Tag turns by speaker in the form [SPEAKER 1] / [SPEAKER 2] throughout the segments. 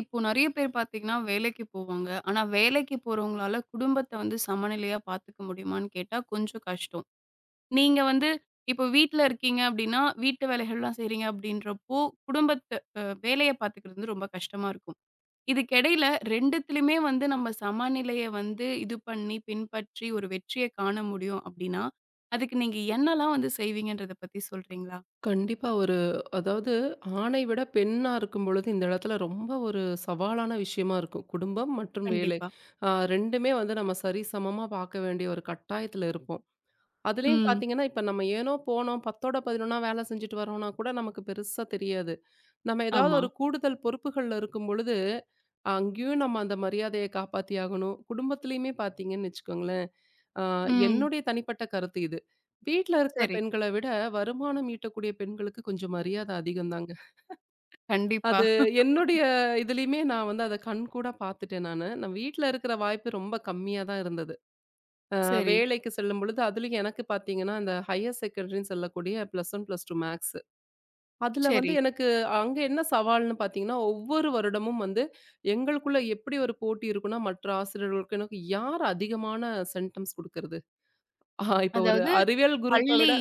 [SPEAKER 1] இப்போ நெறைய பேர் பார்த்தீங்கன்னா, வேலைக்கு போவாங்க. ஆனா வேலைக்கு போறவங்களால குடும்பத்த வந்து சமநிலையா பார்த்துக்க முடியுமான்னு கேட்டா கொஞ்சம் கஷ்டம். நீங்க வந்து இப்போ வீட்ல இருக்கீங்க அப்டின்னா, வீட்டு வேலைகள்லாம் செய்றீங்க அப்டின்றப்போ, குடும்பத்த வேலைய பார்த்துக்கிறது வந்து ரொம்ப கஷ்டமா இருக்கும். இதுக்கு இடையில 2த்துலயுமே வந்து நம்ம சமநிலைய வந்து இது பண்ணி, பின்பற்றி ஒரு வெற்றிய காண முடியும் அப்டின்னா, அதுக்கு நீங்க என்னலாம் வந்து செய்வீங்கன்றத பத்தி சொல்றீங்களா?
[SPEAKER 2] கண்டிப்பா. ஒரு அதாவது ஆணை விட பெண்ணா இருக்கும்பொழுது, இந்த இடத்துல ரொம்ப ஒரு சவாலான விஷயமா இருக்கும். குடும்பம் மற்றும் வேலை.
[SPEAKER 1] கண்டிப்பா.
[SPEAKER 2] 2மே வந்து நம்ம சரிசமமா பார்க்க வேண்டிய ஒரு கட்டாயத்துல இருப்போம். அதுலயும்
[SPEAKER 1] ம்.
[SPEAKER 2] பாத்தீங்கன்னா, இப்ப நம்ம ஏனோ போனோம் 10ஓட 11ஆ வேலை செஞ்சுட்டு வரோம்னா கூட நமக்கு பெருசா தெரியாது. நம்ம ஏதாவது
[SPEAKER 1] ஆமா.
[SPEAKER 2] ஒரு கூடுதல் பொறுப்புகள்ல இருக்கும் பொழுது, அங்கேயும் நம்ம அந்த மரியாதைய காப்பாத்தி ஆகணும். குடும்பத்திலயுமே பாத்தீங்கன்னு வச்சுக்கோங்களேன், அ
[SPEAKER 1] ம்.
[SPEAKER 2] என்னுடைய தனிப்பட்ட கருத்து இது. வீட்ல இருக்கிற
[SPEAKER 1] சரி.
[SPEAKER 2] பெண்கள விட வருமானம் ஈட்டக்கூடிய பெண்களுக்கு கொஞ்சம் மரியாதை அதிகம் தாங்க.
[SPEAKER 1] கண்டிப்பா.
[SPEAKER 2] அது என்னுடைய இதுலயுமே நான் வந்து அத கண்கூடா பாத்துட்டேன் நானு. நான் வீட்ல இருக்கிற வாய்ப்பு ரொம்ப கம்மியா தான் இருந்தது. அ
[SPEAKER 1] சரி,
[SPEAKER 2] வேலைக்கு செல்லும்பொழுது, அதிலயும் எனக்கு பார்த்தீங்கன்னா, இந்த ஹையர் செகண்டரின்னு சொல்லக்கூடிய plus one, plus two maths. அதில வந்து
[SPEAKER 1] சரி.
[SPEAKER 2] எனக்கு அங்க என்ன சவால்ன்னு பார்த்தீங்கன்னா, ஒவ்வொரு வருடமும் வந்து எங்களுக்குள்ள எப்படி ஒரு போட்டி இருக்குன்னா, மற்ற ஆசிரியர்களுக்கு எனக்கு யார் அதிகமான சென்டெம்ஸ் குடுக்கறது? இப்ப ஒரு
[SPEAKER 1] அதாவது
[SPEAKER 2] அறிவியல் குரூப்ப
[SPEAKER 1] பள்ளி
[SPEAKER 2] விட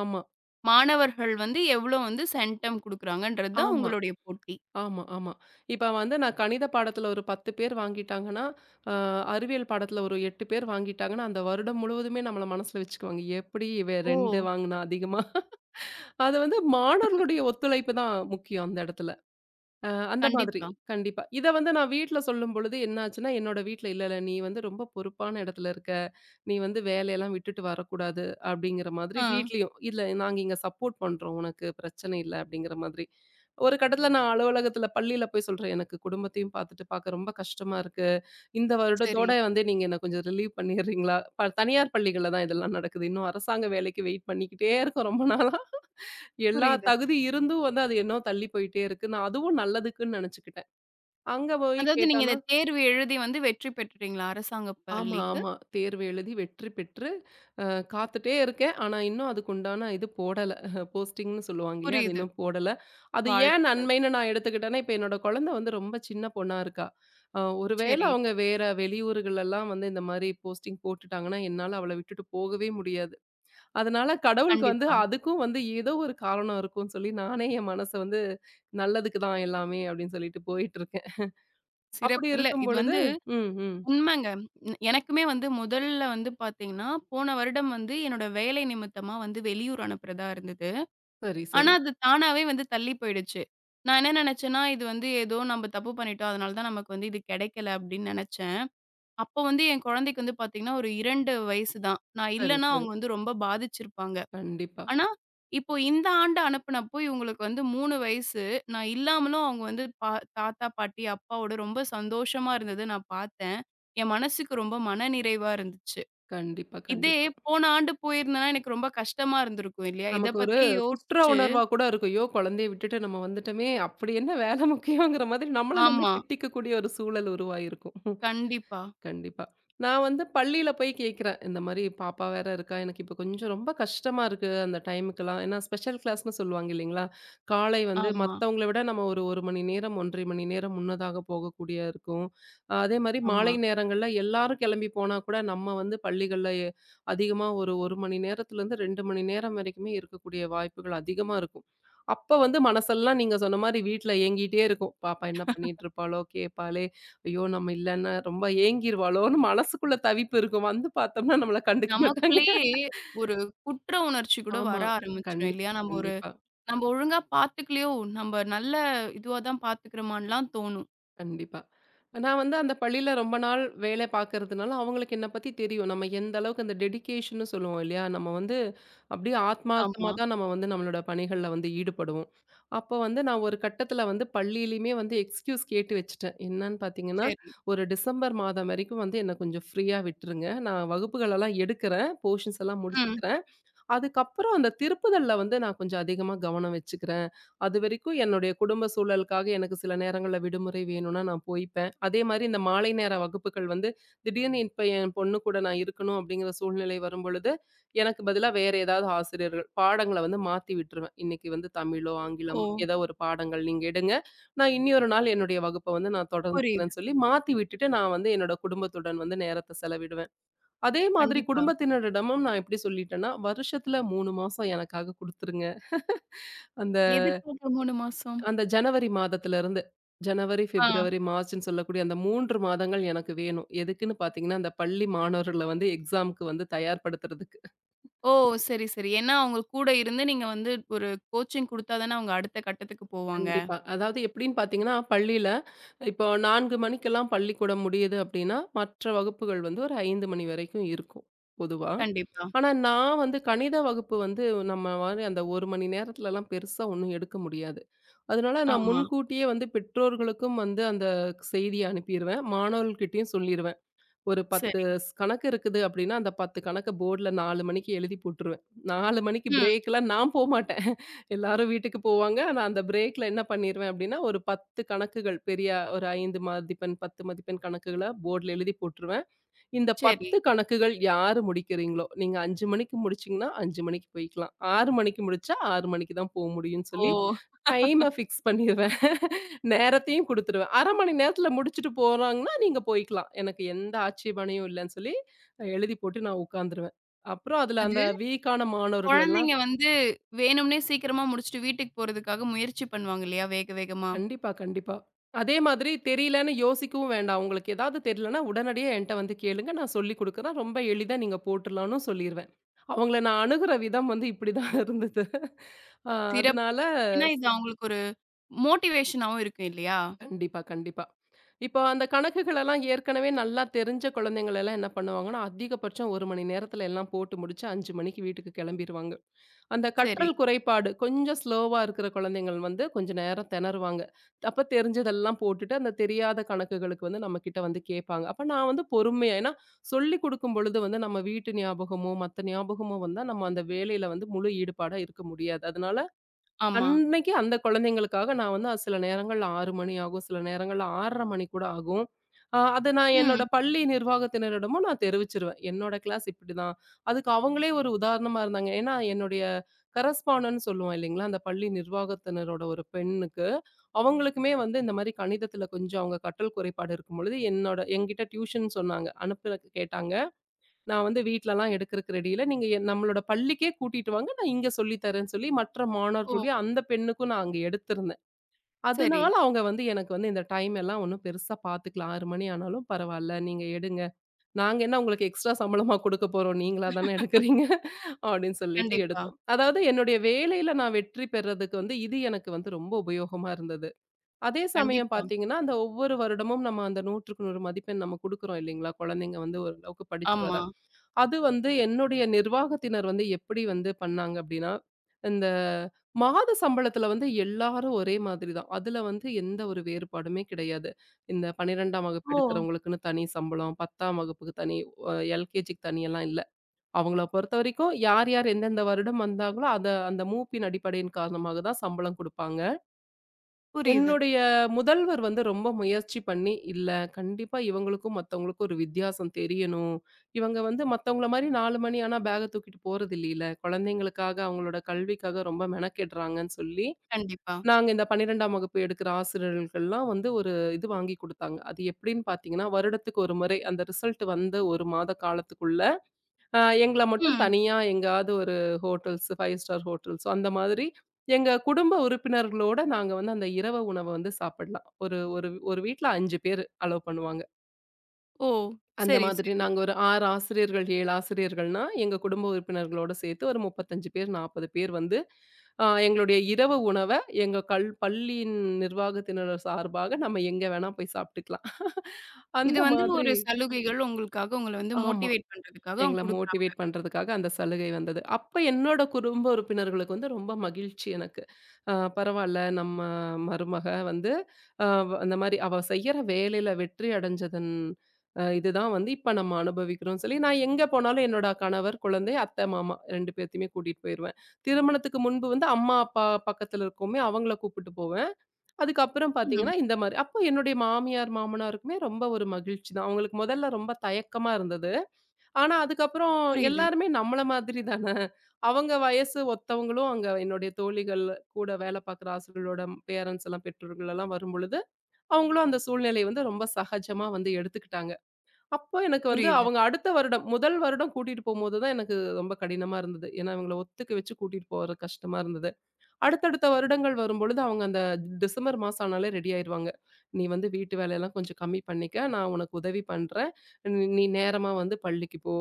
[SPEAKER 2] ஆமா,
[SPEAKER 1] மாணவர்கள் வந்து எவ்ளோ வந்து சென்டம் குடுக்குறாங்கன்றது தான்
[SPEAKER 2] ஆமா,
[SPEAKER 1] உங்களுடைய போட்டி.
[SPEAKER 2] ஆமா, ஆமா. இப்ப வந்து நான் கணித பாடத்தில ஒரு 10 பேர் வாங்கிட்டாங்கன்னா, அ அறிவியல் பாடத்தில ஒரு 8 பேர் வாங்கிட்டாங்கன்னா, அந்த வருடம் முழுவதுமே நம்மள மனசுல வச்சுக்குவாங்க. எப்படி இவ
[SPEAKER 1] ஓ!
[SPEAKER 2] 2 வாங்குனா அதிகமா? அது வந்து மாணவர்களுடைய ஒத்துழைப்பு தான் முக்கியம் அந்த இடத்துல. அந்த மாதிரி.
[SPEAKER 1] கண்டிப்பா.
[SPEAKER 2] கண்டிப்பா. இத வந்து நான் வீட்ல சொல்லும்பொழுது என்ன ஆச்சுன்னா, என்னோட வீட்ல "இல்ல, இல்ல நீ வந்து ரொம்ப பொறுப்பான இடத்துல இருக்க. நீ வந்து வேலையெல்லாம் விட்டுட்டு வரக்கூடாது." அப்படிங்கிற மாதிரி
[SPEAKER 1] ஆ.
[SPEAKER 2] வீட்லயும், "இல்ல நாங்க இங்க சப்போர்ட் பண்றோம் உனக்கு. பிரச்சனை இல்ல." அப்படிங்கிற மாதிரி. ஒரு கட்டத்துல நான் அலுவலகத்துல, பள்ளியில போய் சொல்றேன், "எனக்கு குடும்பத்தையும் பார்த்துட்டு பார்க்க ரொம்ப கஷ்டமா இருக்கு. இந்த
[SPEAKER 1] சரி.
[SPEAKER 2] வருடத்தோட வந்து நீங்க என்ன கொஞ்சம் ரிலீவ் பண்ணிடுறீங்களா?" தனியார் பள்ளிகள்ல தான் இதெல்லாம் நடக்குது. இன்னும் அரசாங்க வேலைக்கு வெயிட் பண்ணிக்கிட்டே இருக்கோம் ரொம்ப நாளா. எல்லா
[SPEAKER 1] புரியுது.
[SPEAKER 2] தகுதி இருந்தும் வந்து அது என்னோ தள்ளி போயிட்டே இருக்கு. நான் அதுவும் நல்லதுக்குன்னு நெனச்சுக்கிட்டேன். அங்க போய்
[SPEAKER 1] அதாவது நீங்க
[SPEAKER 2] கேட்டானா,
[SPEAKER 1] இந்த தேர்வு எழுதி வந்து வெற்றி பெற்றுட்டீங்களா அரசாங்க
[SPEAKER 2] ஆமா,
[SPEAKER 1] பள்ளிக்கு?
[SPEAKER 2] ஆமா. தேர்வு எழுதி வெற்றி பெற்று அ காத்துட்டே இருக்கேன். ஆனா, இன்னும் அதுக்கு உண்டான இது போடல. போஸ்டிங்ன்னு சொல்லுவாங்க இல்லையா? அது
[SPEAKER 1] புரியுது.
[SPEAKER 2] இன்னும் போடல. அது ஏன்
[SPEAKER 1] வாழ்த்துக்கள்.
[SPEAKER 2] நன்மைன்னு நான் எடுத்துக்கிட்டேன்னா, இப்ப என்னோட குழந்தை வந்து ரொம்ப சின்ன பொண்ணா இருக்கா. ஒருவேள
[SPEAKER 1] சரி.
[SPEAKER 2] அவங்க வேற வெளியூர்களெல்லாம் வந்து இந்த மாரி போஸ்டிங் போட்டுட்டாங்கன்னா, என்னால அவள விட்டுட்டு போகவே முடியாது. அதனால கடவுளுக்கு வந்து
[SPEAKER 1] கண்டிப்பா.
[SPEAKER 2] அதுக்கும் வந்து ஏதோ ஒரு காரணம் இருக்கும்னு சொல்லி நானே என் மனச வந்து நல்லதுக்கு தான் எல்லாமே அப்படின்னு சொல்லிட்டு போயிட்டு இருக்கேன்.
[SPEAKER 1] சிறப்
[SPEAKER 2] அப்படி
[SPEAKER 1] இல்ல
[SPEAKER 2] இருக்கும்
[SPEAKER 1] இது
[SPEAKER 2] பொழுது
[SPEAKER 1] வந்து
[SPEAKER 2] ம், ம்.
[SPEAKER 1] உண்மைங்க. ந- எனக்குமே வந்து முதல்ல வந்து பார்த்தீங்கன்னா, போன வருடம் வந்து என்னோட வேலை நிமித்தமா வந்து வெளியூர் அனுப்புறதா இருந்தது.
[SPEAKER 2] சரி,
[SPEAKER 1] ஆனா,
[SPEAKER 2] சரி,
[SPEAKER 1] அது தானாவே வந்து தள்ளி போயிடுச்சு. நான் என்ன நெனச்சேன்னா, இது வந்து ஏதோ நம்ம தப்பு பண்ணிட்டோம். அதனால தான் நமக்கு வந்து இது கெடைக்கல அப்படின்னு நெனச்சேன். அப்போ வந்து என் குழந்தைக்கு வந்து பார்த்தீங்கன்னா, ஒரு 2 வயசு தான். நான்
[SPEAKER 2] சரி,
[SPEAKER 1] இல்லன்னா
[SPEAKER 2] சரி.
[SPEAKER 1] அவங்க வந்து ரொம்ப பாதிச்சிருப்பாங்க.
[SPEAKER 2] கண்டிப்பா.
[SPEAKER 1] ஆனா, இப்போ இந்த ஆண்டு அனுப்புனப்போ இவங்களுக்கு வந்து 3 வயசு. நான் இல்லாமலும் அவங்க வந்து பா தாத்தா, பாட்டி, அப்பாவோட ரொம்ப சந்தோஷமா இருந்தத நான் பார்த்தேன். என் மனசுக்கு ரொம்ப மனநிறைவா இருந்துச்சு.
[SPEAKER 2] கண்டிப்பா,
[SPEAKER 1] இதே
[SPEAKER 2] கண்டிப்பா.
[SPEAKER 1] போன ஆண்டு போயிருந்தேன்னா எனக்கு ரொம்ப கஷ்டமா இருந்திருக்கும் இல்லையா? இத
[SPEAKER 2] நமக்கு ஒரு
[SPEAKER 1] பத்தி
[SPEAKER 2] குற்ற
[SPEAKER 1] யோசிச்சு
[SPEAKER 2] உணர்வா கூட இருக்கும். ஐயோ! குழந்தைய விட்டுட்டு நம்ம வந்துட்டோமே! அப்படி என்ன வேலை முக்கியங்கிற மாதிரி நம்மள நம்மே
[SPEAKER 1] ஆமா.
[SPEAKER 2] திட்டிக்கக்கூடிய ஒரு சூழல் உருவாயிருக்கும்.
[SPEAKER 1] கண்டிப்பா.
[SPEAKER 2] கண்டிப்பா. நான் வந்து பள்ளியில போய் கேட்கிறேன். இந்த மாரி பாப்பா வேற இருக்கா, எனக்கு இப்போ கொஞ்சம் ரொம்ப கஷ்டமா இருக்கு அந்த டைமுக்கெல்லாம். ஏன்னா ஸ்பெஷல் கிளாஸ்ன்னு சொல்லுவாங்க இல்லைங்களா? காலை வந்து
[SPEAKER 1] ஆமா,
[SPEAKER 2] மத்தவங்கள விட நம்ம ஒரு 1 மணி நேரம், 1 1/2 மணி நேரம் முன்னதாக போகக்கூடிய இருக்கும். அதே மாரி
[SPEAKER 1] ஆமா.
[SPEAKER 2] மாலை நேரங்கள்ல எல்லாரும் கிளம்பி போனா கூட நம்ம வந்து பள்ளிகள்ல அதிகமா ஒரு 1 மணி நேரத்துலேருந்து 2 மணி நேரம் வரைக்குமே இருக்கக்கூடிய வாய்ப்புகள் அதிகமா இருக்கும். அப்ப வந்து மனசெல்லாம் நீங்க சொன்ன மாரி வீட்ல ஏங்கிட்டே இருக்கும். பாப்பா என்ன பண்ணிட்டு இருப்பாளோ? கேட்பாளே! ஐயோ! நம்ம இல்லன்னா ரொம்ப ஏங்கிருவாளோன்னு மனசுக்குள்ள தவிப்பு இருக்கும். வந்து பார்த்தோம்னா நம்மள கண்டுக்க மாட்டாங்க.
[SPEAKER 1] நமக்குள்ளேயே ஒரு குற்ற உணர்ச்சி கூட
[SPEAKER 2] ஆமா.
[SPEAKER 1] வர ஆரம்பிச்சுரும்
[SPEAKER 2] கண்டிப்பா,
[SPEAKER 1] இல்லையா?
[SPEAKER 2] கண்டிப்பா,
[SPEAKER 1] நம்ம ஒழுங்கா பார்த்துக்கலையோ! நம்ம நல்ல இதுவா தான் பார்த்துக்கிறோமான்லாம் தோணும்.
[SPEAKER 2] கண்டிப்பா. நான் வந்து அந்த பள்ளியில ரொம்ப நாள் வேலை பார்க்கறதுனால, அவங்களுக்கு என்ன பத்தி தெரியும். நம்ம எந்த அளவுக்கு அந்த டெடிகேஷன்னு சொல்லுவோம் இல்லையா? நம்ம வந்து அப்படியே ஆத்மார்த்தமா
[SPEAKER 1] ஆமா.
[SPEAKER 2] தான் நம்ம வந்து நம்மளோட பணிகள்ல வந்து ஈடுபடுவோம். அப்போ வந்து நான் ஒரு கட்டத்தில வந்து பள்ளியிலயுமே வந்து எக்ஸ்கியூஸ் கேட்டு வச்சுட்டேன். என்னன்னு பார்த்தீங்கன்னா,
[SPEAKER 1] சரி.
[SPEAKER 2] ஒரு டிசம்பர் மாதம் வரைக்கும் வந்து என்ன கொஞ்சம் ஃப்ரீயா விட்டுருங்க. நான் வகுப்புகளெல்லாம் எடுக்கிறேன். போர்ஷன்ஸ் எல்லாம்
[SPEAKER 1] ம்.
[SPEAKER 2] முடிச்சுக்கிறேன். அதுக்கப்புறம் அந்த திருப்புதல்ல வந்து நான் கொஞ்சம் அதிகமா கவனம் வச்சுக்கிறேன். அதுவரைக்கும் என்னுடைய குடும்ப சூழலுக்காக எனக்கு சில நேரங்கள்ல விடுமுறை வேணும்னா நான் போய்ப்பேன். அதேமாரி இந்த மாலை நேர வகுப்புகள் வந்து திடீர்னு இப்ப என் பொண்ணு கூட நான் இருக்கணும் அப்படிங்கிற சூழ்நிலை வரும்பொழுது, எனக்கு பதிலா வேற ஏதாவது ஆசிரியர்கள் பாடங்கள வந்து மாத்தி விட்டுருவேன். இன்னைக்கு வந்து தமிழோ,
[SPEAKER 1] ஓ!
[SPEAKER 2] ஆங்கிலமோ ஏதோ ஒரு பாடங்கள் நீங்க எடுங்க. நான் இனியொரு நாள் என்னுடைய வகுப்ப வந்து நான்
[SPEAKER 1] புரியுது.
[SPEAKER 2] தொடர்ந்துக்கிறேன்னு சொல்லி மாத்தி விட்டுட்டு நான் வந்து என்னோட குடும்பத்துடன் வந்து நேரத்த செலவிடுவேன். அதே மாதிரி
[SPEAKER 1] கண்டிப்பா.
[SPEAKER 2] குடும்பத்தினரிடமும் நான் எப்படி சொல்லிட்டேன்னா, வருஷத்துல 3 மாசம் எனக்காக குடுத்துருங்க. அந்த
[SPEAKER 1] எதுக்காக 3 மாசம்?
[SPEAKER 2] அந்த ஜனவரி மாதத்திலருந்து, ஜனவரி,
[SPEAKER 1] ஆ.
[SPEAKER 2] பிப்ரவரி, மார்ச்ன்னு சொல்லக்கூடிய அந்த 3 மாதங்கள் எனக்கு வேணும். எதுக்குன்னு பார்த்தீங்கன்னா, அந்த பள்ளி மாணவர்கள வந்து எக்ஸாம்க்கு வந்து தயார்படுத்துறதுக்கு.
[SPEAKER 1] ஓ! சரி, சரி. ஏன்னா அவங்க கூட இருந்து நீங்க வந்து ஒரு கோச்சிங் குடுத்தா தானே அவங்க அடுத்த கட்டத்துக்கு போவாங்க.
[SPEAKER 2] கண்டிப்பா. அதாவது எப்படின்னு பார்த்தீங்கன்னா, பள்ளியில இப்போ 4 மணிக்கெல்லாம் பள்ளிக்கூடம் முடியுது அப்படின்னா, மற்ற வகுப்புகள் வந்து ஒரு 5 மணி வரைக்கும் இருக்கும் பொதுவா.
[SPEAKER 1] கண்டிப்பா.
[SPEAKER 2] ஆனா, நான் வந்து கணித வகுப்பு வந்து நம்ம மாரி அந்த 1 மணி நேரத்துலலாம் பெருசா ஒண்ணும் எடுக்க முடியாது. அதனால நான்
[SPEAKER 1] ஆமா.
[SPEAKER 2] முன்கூட்டியே வந்து பெற்றோர்களுக்கும் வந்து அந்த செய்திய அனுப்பிருவேன். மாணவர்கள்கிட்டயும் சொல்லிருவேன். ஒரு 10
[SPEAKER 1] சரி.
[SPEAKER 2] கணக்கு இருக்குது அப்டின்னா, அந்த 10 கணக்க போர்டுல 4 மணிக்கு எழுதி போட்டுருவேன். 4 மணிக்கு
[SPEAKER 1] ம்.
[SPEAKER 2] பிரேக்லாம் நான் போமாட்டேன். எல்லாரும் வீட்டுக்கு போவாங்க. நான் அந்த பிரேக்ல என்ன பண்ணிருவேன் அப்டின்னா, ஒரு 10 கணக்குகள் பெரிய ஒரு 5 மதிப்பெண், 10 மதிப்பெண் கணக்குகள போர்டுல எழுதி போட்டுருவேன். இந்த
[SPEAKER 1] சரி.
[SPEAKER 2] 10 கணக்குகள் யாரு முடிக்கிறீங்களோ, நீங்க 5 மணிக்கு முடிச்சீங்கன்னா, 5 மணிக்கு போய்க்கலாம். 6 மணிக்கு முடிச்சா 6 மணிக்கு தான் போ முடியும்னு
[SPEAKER 1] ஓ!
[SPEAKER 2] சொல்லி, டைம ஃபிக்ஸ் பண்ணிருவேன். நேரத்தையும் குடுத்துருவேன். 1/2 மணி நேரத்துல முடிச்சுட்டு போறாங்கன்னா, நீங்க போய்க்கலாம். எனக்கு எந்த ஆட்சேபனையும் இல்லன்னு சொல்லி, எழுதி போட்டு நான் உட்காந்துருவேன். அப்புறம் அதுல
[SPEAKER 1] அது
[SPEAKER 2] அந்த வீக்கான மாணவர்கள் எல்லாம்
[SPEAKER 1] குழந்தைங்க வந்து வேணும்னே சீக்கிரமா முடிச்சுட்டு வீட்டுக்கு போறதுக்காக முயற்சி பண்ணுவாங்க இல்லையா? வேக வேகமா.
[SPEAKER 2] கண்டிப்பா, கண்டிப்பா. அதே மாதிரி தெரியலன்னு யோசிக்கவும் வேண்டாம். உங்களுக்கு ஏதாவது தெரியலன்னா, உடனடியா என்ட்ட வந்து கேளுங்க. நான் சொல்லிக் குடுக்குறேன். ரொம்ப எளிதா நீங்க போட்டுரலான்னும் சொல்லிருவேன். அவங்கள நான் அணுகுற விதம் வந்து இப்படிதான் இருந்தது. அ
[SPEAKER 1] சிறப்பு.
[SPEAKER 2] அதனால
[SPEAKER 1] ஏன்னா இது அவங்களுக்கு ஒரு மோட்டிவேஷனாவும் இருக்கும் இல்லையா?
[SPEAKER 2] கண்டிப்பா, கண்டிப்பா. இப்போ அந்த கணக்குகளெல்லாம் ஏற்கனவே நல்லா தெரிஞ்ச குழந்தைங்கள் எல்லாம் என்ன பண்ணுவாங்கன்னா, அதிகபட்சம் 1 மணி நேரத்தில எல்லாம் போட்டு முடிச்சு 5 மணிக்கு வீட்டுக்கு கிளம்பிருவாங்க. அந்த
[SPEAKER 1] சரி.
[SPEAKER 2] கற்றல் குறைபாடு கொஞ்சம் ஸ்லோவா இருக்கிற குழந்தைங்கள் வந்து கொஞ்ச நேரம் திணறுவாங்க. அப்ப தெரிஞ்சதெல்லாம் போட்டுட்டு, அந்த தெரியாத கணக்குகளுக்கு வந்து நம்மகிட்ட வந்து கேட்பாங்க. அப்ப நான் வந்து பொறுமையா ஏன்னா சொல்லிக் கொடுக்கும் பொழுது வந்து நம்ம வீட்டு ஞாபகமோ, மத்த ஞாபகமோ வந்தா நம்ம அந்த வேலையில வந்து முழு ஈடுபாடா இருக்க முடியாது. அதனால
[SPEAKER 1] ஆமா.
[SPEAKER 2] அன்னைக்கு அந்த குழந்தைங்களுக்காக நான் வந்து சில நேரங்கள்ல 6 மணி ஆகும். சில நேரங்கள்ல 6:30 மணி கூட ஆகும். அத நான் என்னோட
[SPEAKER 1] ம்.
[SPEAKER 2] பள்ளி நிர்வாகத்தினரிடமும் நான் தெரிவிச்சுருவேன். என்னோட கிளாஸ் இப்படிதான். அதுக்கு அவங்களே ஒரு உதாரணமா இருந்தாங்க. ஏன்னா, என்னுடைய கரஸ்பாண்டன்ட்ன்னு சொல்லுவோம் இல்லைங்களா? அந்த பள்ளி நிர்வாகத்தினரோட ஒரு பெண்ணுக்கு, அவங்களுக்குமே வந்து இந்த மாரி கணிதத்தில கொஞ்சம் அவங்க கற்றல் குறைபாடு இருக்கும்பொழுது, என்னோட என்கிட்ட டியூஷன் சொன்னாங்க. அனுப்ப கேட்டாங்க. நான் வந்து வீட்லலாம் எடுக்கறக்கு ரெடி இல்ல. நீங்க நம்மளோட பள்ளிக்கே கூட்டிட்டு வாங்க. நான் இங்க சொல்லி தரேன்னு சொல்லி மற்ற
[SPEAKER 1] ஓ!
[SPEAKER 2] மாணவர்களுடைய அந்த பெண்ணுக்கும் நான் அங்க எடுத்திருந்தேன்.
[SPEAKER 1] சரி.
[SPEAKER 2] அதனால அவங்க வந்து எனக்கு வந்து இந்த டைம் எல்லாம் ஒண்ணும் பெருசா பாத்துக்கல. 6 மணி ஆனாலும் பரவால்ல. நீங்க எடுங்க. நாங்க என்ன உங்களுக்கு எக்ஸ்ட்ரா சம்பளமா குடுக்க போறோம். நீங்களா தானே எடுக்குறீங்க அப்படின்னு சொல்லிட்டு
[SPEAKER 1] கண்டிப்பா,
[SPEAKER 2] எடுத்தோம். அதாவது என்னுடைய வேலையில நான் வெற்றி பெறதுக்கு வந்து இது எனக்கு வந்து ரொம்ப உபயோகமா இருந்தது. அதே சமயம்
[SPEAKER 1] கண்டிப்பா.
[SPEAKER 2] பாத்தீங்கன்னா, அந்த ஒவ்வொரு வருடமும் நம்ம அந்த 100க்கு 100 மதிப்பெண் நம்ம குடுக்குறோம் இல்லைங்களா? குழந்தைங்க வந்து ஓரளவுக்கு படிச்சு
[SPEAKER 1] ஆமா.
[SPEAKER 2] வராங்க. அது வந்து என்னுடைய நிர்வாகத்தினர் வந்து எப்படி வந்து பண்ணாங்க அப்படின்னா, இந்த மாத சம்பளத்துல வந்து எல்லாரும் ஒரே மாதிரி தான். அதுல வந்து எந்த ஒரு வேறுபாடுமே கிடையாது. இந்த 12ஆம் வகுப்பு
[SPEAKER 1] ஓ!
[SPEAKER 2] எடுக்கிறவங்களுக்குன்னு தனி சம்பளம், 10ஆம் வகுப்புக்கு தனி, எல்கேஜிக்கு தனியெல்லாம் இல்ல. அவங்கள பொறுத்தவரைக்கும் யார் யார் எந்தெந்த வருடம் வந்தாங்களோ, அத அந்த மூப்பின் அடிப்படையின் காரணமாக தான் சம்பளம் குடுப்பாங்க.
[SPEAKER 1] புரியுது.
[SPEAKER 2] என்னுடைய முதல்வர் வந்து ரொம்ப முயற்சி பண்ணி, "இல்ல கண்டிப்பா இவங்களுக்கும் மத்தவங்களுக்கும் ஒரு வித்தியாசம் தெரியணும். இவங்க வந்து மத்தவங்கள மாரி 4 மணி ஆனா பேக்க தூக்கிட்டு போறதில்லைல. குழந்தைங்களுக்காக, அவங்களோட கல்விக்காக ரொம்ப மெனக்கெடுறாங்கன்னு" சொல்லி,
[SPEAKER 1] கண்டிப்பா.
[SPEAKER 2] நாங்க இந்த 12ஆம் வகுப்பு எடுக்கிற ஆசிரியர்களுக்கெல்லாம் வந்து ஒரு இது வாங்கி குடுத்தாங்க. அது எப்படின்னு பார்த்தீங்கன்னா, வருடத்துக்கு ஒரு முறை அந்த ரிசல்ட் வந்த 1 மாத காலத்துக்குள்ள எங்கள மட்டும்
[SPEAKER 1] ம்.
[SPEAKER 2] தனியா எங்கேயாவது ஒரு ஹோட்டல்ஸ், 5 ஸ்டார் ஹோட்டல்ஸோ அந்த மாதிரி எங்க குடும்ப உறுப்பினர்களோட நாங்க வந்து அந்த இரவு உணவ வந்து சாப்பிடலாம். ஒரு ஒரு ஒரு வீட்ல 5 பேரு அலோவ் பண்ணுவாங்க.
[SPEAKER 1] ஓ!
[SPEAKER 2] அந்த
[SPEAKER 1] சரி,
[SPEAKER 2] மாதிரி
[SPEAKER 1] சரி.
[SPEAKER 2] நாங்க ஒரு 6 ஆசிரியர்கள், 7 ஆசிரியர்கள்னா, எங்க குடும்ப உறுப்பினர்களோட சேர்த்து ஒரு 35 பேர், 40 பேர் வந்து எங்களுடைய இரவு உணவ எங்க பள்ளியின் நிர்வாகத்தினர் சார்பாக நம்ம எங்க வேணா போய் சாப்பிட்டுக்கலாம்.
[SPEAKER 1] இது
[SPEAKER 2] அந்த
[SPEAKER 1] வந்து
[SPEAKER 2] மாதிரி
[SPEAKER 1] ஒரு சலுகைகள் உங்களுக்காக உங்கள வந்து
[SPEAKER 2] ஆமா.
[SPEAKER 1] மோட்டிவேட் பண்றதுக்காக அவங்க
[SPEAKER 2] எங்கள
[SPEAKER 1] குடுக்குறாங்க.
[SPEAKER 2] மோட்டிவேட் பண்றதுக்காக அந்த சலுகை வந்தது. அப்ப என்னோட குடும்ப உறுப்பினர்களுக்கு வந்து ரொம்ப மகிழ்ச்சி எனக்கு. பரவால்ல நம்ம மருமக வந்து அ அந்த மாரி அவ செய்யற வேலையில வெற்றி அடைஞ்சதன் இதுதான் வந்து இப்ப நம்ம அனுபவிக்கிறோம்னு சொல்லி, நான் எங்க போனாலும் என்னோட கணவர், குழந்தை, அத்தை, மாமா 2 பேத்தையுமே கூட்டிட்டு போயிருவேன். திருமணத்துக்கு முன்பு வந்து அம்மா, அப்பா பக்கத்துல இருக்கவுமே அவங்கள கூப்பிட்டு போவேன். அதுக்கப்புறம்
[SPEAKER 1] ம்.
[SPEAKER 2] பார்த்தீங்கன்னா, இந்த மாரி அப்போ என்னுடைய மாமியார், மாமனாருக்குமே ரொம்ப ஒரு மகிழ்ச்சி தான். அவங்களுக்கு முதல்ல ரொம்ப தயக்கமா இருந்தது. ஆனா, அதுக்கப்புறம்
[SPEAKER 1] புரியுது,
[SPEAKER 2] எல்லாருமே நம்மள மாதிரி தான. அவங்க வயசு ஒத்தவங்களும் அங்க என்னுடைய தோழிகள், கூட வேல பாக்குற ஆசிரியர்களோட பேரண்ட்ஸ் எல்லாம், பெற்றோர்கள் எல்லாம் வரும்பொழுது, அவங்களும் அந்த சூழ்நிலைய வந்து ரொம்ப சகஜமா வந்து எடுத்துக்கிட்டாங்க. அப்போ எனக்கு வந்து
[SPEAKER 1] புரியுது,
[SPEAKER 2] அவங்க அடுத்த வருடம், முதல் வருடம் கூட்டிட்டு போம்போது தான் எனக்கு ரொம்ப கடினமா இருந்தது. ஏன்னா, இவங்கள ஒத்துக்க வச்சு கூட்டிட்டு போறது கஷ்டமா இருந்தது. அடுத்தடுத்த வருடங்கள் வரும்பொழுது அவங்க அந்த டிசம்பர் மாசம் ஆனாலே ரெடி ஆயிருவாங்க. "நீ வந்து வீட்டு வேலையெல்லாம் கொஞ்சம் கம்மி பண்ணிக்க. நான் உனக்கு உதவி பண்றேன். நீ நீ நேரமா வந்து பள்ளிக்கு போ.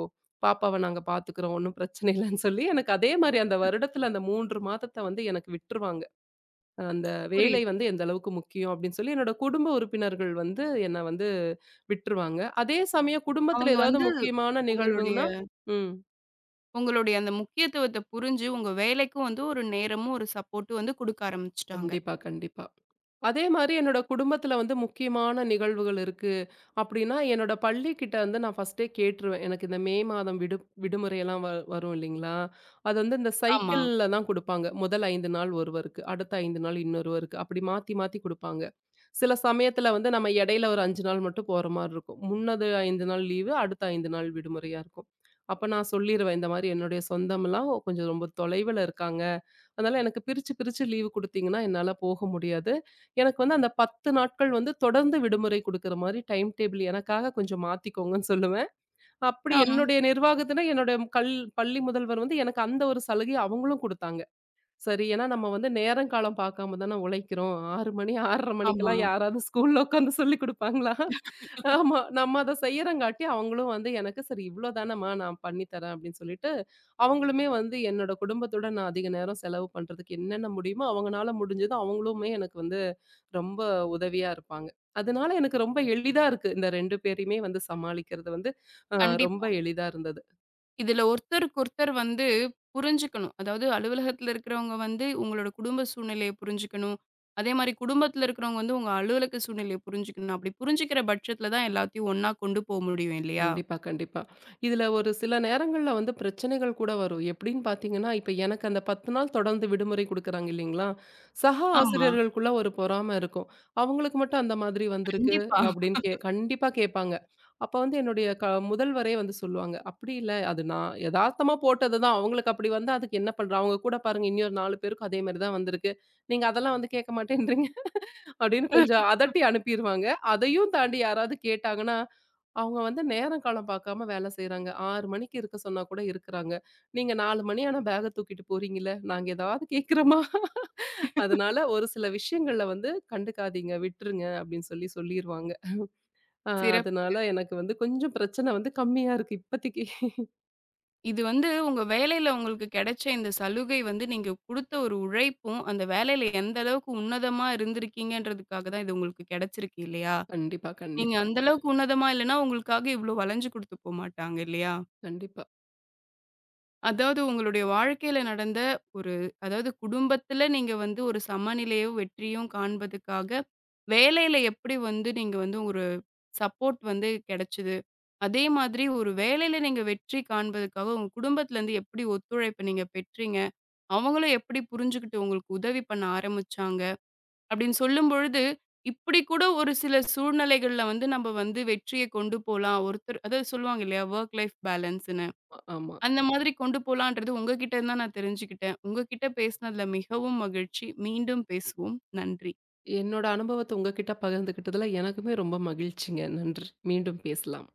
[SPEAKER 2] பாப்பாவ நாங்க பார்த்துக்கிறோம். ஒண்ணும் பிரச்சனை இல்லன்னு" சொல்லி எனக்கு அதே மாரி அந்த வருடத்துல அந்த 3 மாதத்த வந்து எனக்கு விட்டுருவாங்க. அந்த வேலை
[SPEAKER 1] புரியுது.
[SPEAKER 2] வந்து எந்த அளவுக்கு முக்கியம் அப்படின்னு சொல்லி என்னோட குடும்ப உறுப்பினர்கள் வந்து என்ன வந்து விட்டுருவாங்க. அதே சமயம் குடும்பத்துல
[SPEAKER 1] அவங்க
[SPEAKER 2] ஏதாவது
[SPEAKER 1] வந்து
[SPEAKER 2] முக்கியமான
[SPEAKER 1] உங்களுடைய
[SPEAKER 2] நிகழ்வுன்னா ம்.
[SPEAKER 1] உங்களுடைய அந்த முக்கியத்துவத்த புரிஞ்சு, உங்க வேலைக்கும் வந்து ஒரு நேரமும், ஒரு சப்போர்ட்டும் வந்து குடுக்க ஆரம்பிச்சுட்டாங்க.
[SPEAKER 2] கண்டிப்பா, கண்டிப்பா. அதே மாரி என்னோட குடும்பத்துல வந்து முக்கியமான நிகழ்வுகள் இருக்கு. அப்படின்னா, என்னோட பள்ளிக்கிட்ட வந்து நான் ஃபர்ஸ்ட்டே கேட்டுருவேன். எனக்கு இந்த மே மாதம் விடுமுறையெல்லாம் வரும் இல்லைங்களா? அது வந்து இந்த
[SPEAKER 1] ஆமா.
[SPEAKER 2] சைக்கிள்ல தான் குடுப்பாங்க. முதல் 5 நாள் ஒருவருக்கு, அடுத்த 5 நாள் இன்னொருவருக்கு, அப்படி மாத்தி மாத்தி குடுப்பாங்க. சில சமயத்துல வந்து நம்ம இடையில ஒரு 5 நாள் மட்டும் போற மாரி இருக்கும். முன்னது 5 நாள் லீவு, அடுத்த 5 நாள் விடுமுறையா இருக்கும். அப்ப நான் சொல்லிருவேன், இந்த மாரி என்னுடைய சொந்தம்லாம் கொஞ்சம் ரொம்ப தொலைவுல இருக்காங்க. அதனால எனக்கு பிரிச்சு, பிரிச்சு லீவு குடுத்தீங்கன்னா என்னால போக முடியாது. எனக்கு வந்து அந்த 10 நாட்கள் வந்து தொடர்ந்து விடுமுறை குடுக்குற மாரி டைம் டேபிள் எனக்காக கொஞ்சம் மாத்திக்கோங்கன்னு சொல்லுவேன். அப்படி
[SPEAKER 1] ஆ,
[SPEAKER 2] என்னுடைய நிர்வாகத்தினர் என்னோட பள்ளி முதல்வர் வந்து எனக்கு அந்த ஒரு சலுகைய அவங்களும் குடுத்தாங்க. சரி. ஏன்னா நம்ம வந்து நேரம் காலம் பார்க்காம தான உழைக்கிறோம். 6 மணி 6:30
[SPEAKER 1] ஆமா.
[SPEAKER 2] மணிக்கெல்லாம் யாராவது ஸ்கூல்ல உட்காந்து சொல்லிக் குடுப்பாங்களா? ஆமா. நம்ம அத செய்யறங்காட்டி அவங்களும் வந்து எனக்கு சரி இவ்ளோ தானம்மா நான் பண்ணி தரேன் அப்படின்னு சொல்லிட்டு, அவங்களுமே வந்து என்னோட குடும்பத்துடன் நான் அதிக நேரம் செலவு பண்றதுக்கு என்னென்ன முடியுமோ அவங்கனால முடிஞ்சது அவங்களுமே எனக்கு வந்து ரொம்ப உதவியா இருப்பாங்க. அதனால எனக்கு ரொம்ப எளிதா இருக்கு. இந்த 2 பேரையுமே வந்து சமாளிக்கிறது வந்து அ ரொம்ப
[SPEAKER 1] கண்டிப்பா.
[SPEAKER 2] எளிதா இருந்தது.
[SPEAKER 1] இதுல ஒருத்தருக்கு ஒருத்தர் வந்து புரிஞ்சுக்கணும். அதாவது அலுவலகத்துல இருக்கிறவங்க வந்து உங்களோட குடும்ப சூழ்நிலைய புரிஞ்சுக்கணும். அதே மாரி குடும்பத்துல இருக்கிறவங்க வந்து உங்க அலுவலக சூழ்நிலைய புரிஞ்சுக்கணும். அப்படி புரிஞ்சுக்கிற பட்சத்துல தான் எல்லாத்தையும் ஒண்ணா கொண்டு போ முடியும் இல்லையா?
[SPEAKER 2] கண்டிப்பா, கண்டிப்பா. இதுல ஒரு சில நேரங்கள்ல வந்து பிரச்சனைகள் கூட வரும். எப்படின்னு பார்த்தீங்கன்னா, இப்ப எனக்கு அந்த 10 நாள் தொடர்ந்து விடுமுறை குடுக்குறாங்க இல்லைங்களா? சக
[SPEAKER 1] ஆமா.
[SPEAKER 2] ஆசிரியர்களுக்குள்ள ஒரு பொறாம இருக்கும். அவங்களுக்கு மட்டும் அந்த மாதிரி வந்திருக்கு
[SPEAKER 1] கண்டிப்பா.
[SPEAKER 2] அப்படின்னு கண்டிப்பா கேட்பாங்க. அப்ப வந்து என்னுடைய முதல்வரே வந்து சொல்லுவாங்க. "அப்படி இல்ல. அது நான் எதார்த்தமா போட்டது தான். அவங்களுக்கு அப்படி வந்தா அதுக்கு என்ன பண்றோம்? அவங்க கூட பாருங்க இன்னொரு 4 பேருக்கும் அதே மாரி தான் வந்திருக்கு. நீங்க அதெல்லாம் வந்து கேட்க மாட்டேன்றீங்க." அப்படின்னு கொஞ்சம் அதட்டி அனுப்பிருவாங்க. அதையும் தாண்டி யாராவது கேட்டாங்கன்னா, அவங்க வந்து நேரம் காலம் பார்க்காம வேலை செய்றாங்க. 6 மணிக்கு இருக்க சொன்னா கூட இருக்குறாங்க. நீங்க 4 மணி ஆனா பேக்க தூக்கிட்டு போறீங்கல்ல, நாங்க ஏதாவது கேட்கிறோமா? அதனால ஒரு சில விஷயங்கள்ல வந்து கண்டுக்காதீங்க, விட்டுருங்க அப்படின்னு சொல்லி சொல்லிருவாங்க.
[SPEAKER 1] சிறப்பு.
[SPEAKER 2] அதனால எனக்கு வந்து கொஞ்சம் பிரச்சனை வந்து கம்மியா இருக்கு இப்பத்திக்கு.
[SPEAKER 1] இது வந்து உங்க வேலையில உங்களுக்கு கிடைச்ச இந்த சலுகை வந்து நீங்க குடுத்த ஒரு உழைப்பும், அந்த வேலையில எந்த அளவுக்கு உன்னதமா இருந்திருக்கீங்கன்றதுக்காக தான் இது உங்களுக்கு கிடைச்சிருக்கு இல்லையா?
[SPEAKER 2] கண்டிப்பா,
[SPEAKER 1] நீங்க
[SPEAKER 2] கண்டிப்பா,
[SPEAKER 1] அந்த அளவுக்கு உன்னதமா இல்லன்னா, உங்களுக்காக இவ்ளோ வளைஞ்சு குடுத்து போமாட்டாங்க இல்லையா?
[SPEAKER 2] கண்டிப்பா.
[SPEAKER 1] அதாவது உங்களுடைய வாழ்க்கையில நடந்த ஒரு அதாவது குடும்பத்துல நீங்க வந்து ஒரு சமநிலையும், வெற்றியும் காண்பதுக்காக, வேலையில எப்படி வந்து நீங்க வந்து சப்போர்ட் வந்து கிடைச்சது. அதே மாதிரி ஒரு வேலையில நீங்க வெற்றி காண்பதற்காக உங்க குடும்பத்திலருந்து எப்படி ஒத்துழைப்பு நீங்க பெற்றீங்க? அவங்களும் எப்படி புரிஞ்சுகிட்டு உங்களுக்கு உதவி பண்ண ஆரம்பிச்சாங்க? அப்படின்னு சொல்லும்பொழுது, இப்படி கூட ஒரு சில சூழ்நிலைகள்ல வந்து நம்ம வந்து வெற்றிய கொண்டு போலாம். ஒருத்தர் அதாவது சொல்லுவாங்க இல்லையா? வொர்க் லைஃப் பேலன்ஸ்ன்னு.
[SPEAKER 2] ஆமா.
[SPEAKER 1] அந்த மாதிரி கொண்டு போலான்றது உங்ககிட்ட இருந்து தான் நான் தெரிஞ்சுக்கிட்டேன். உங்ககிட்ட பேசினதுல மிகவும் மகிழ்ச்சி. மீண்டும் பேசுவோம். நன்றி.
[SPEAKER 2] என்னோட அனுபவத்த உங்ககிட்ட பகிர்ந்துக்கிட்டதுல எனக்குமே ரொம்ப மகிழ்ச்சிங்க. நன்றி. மீண்டும் பேசலாம்.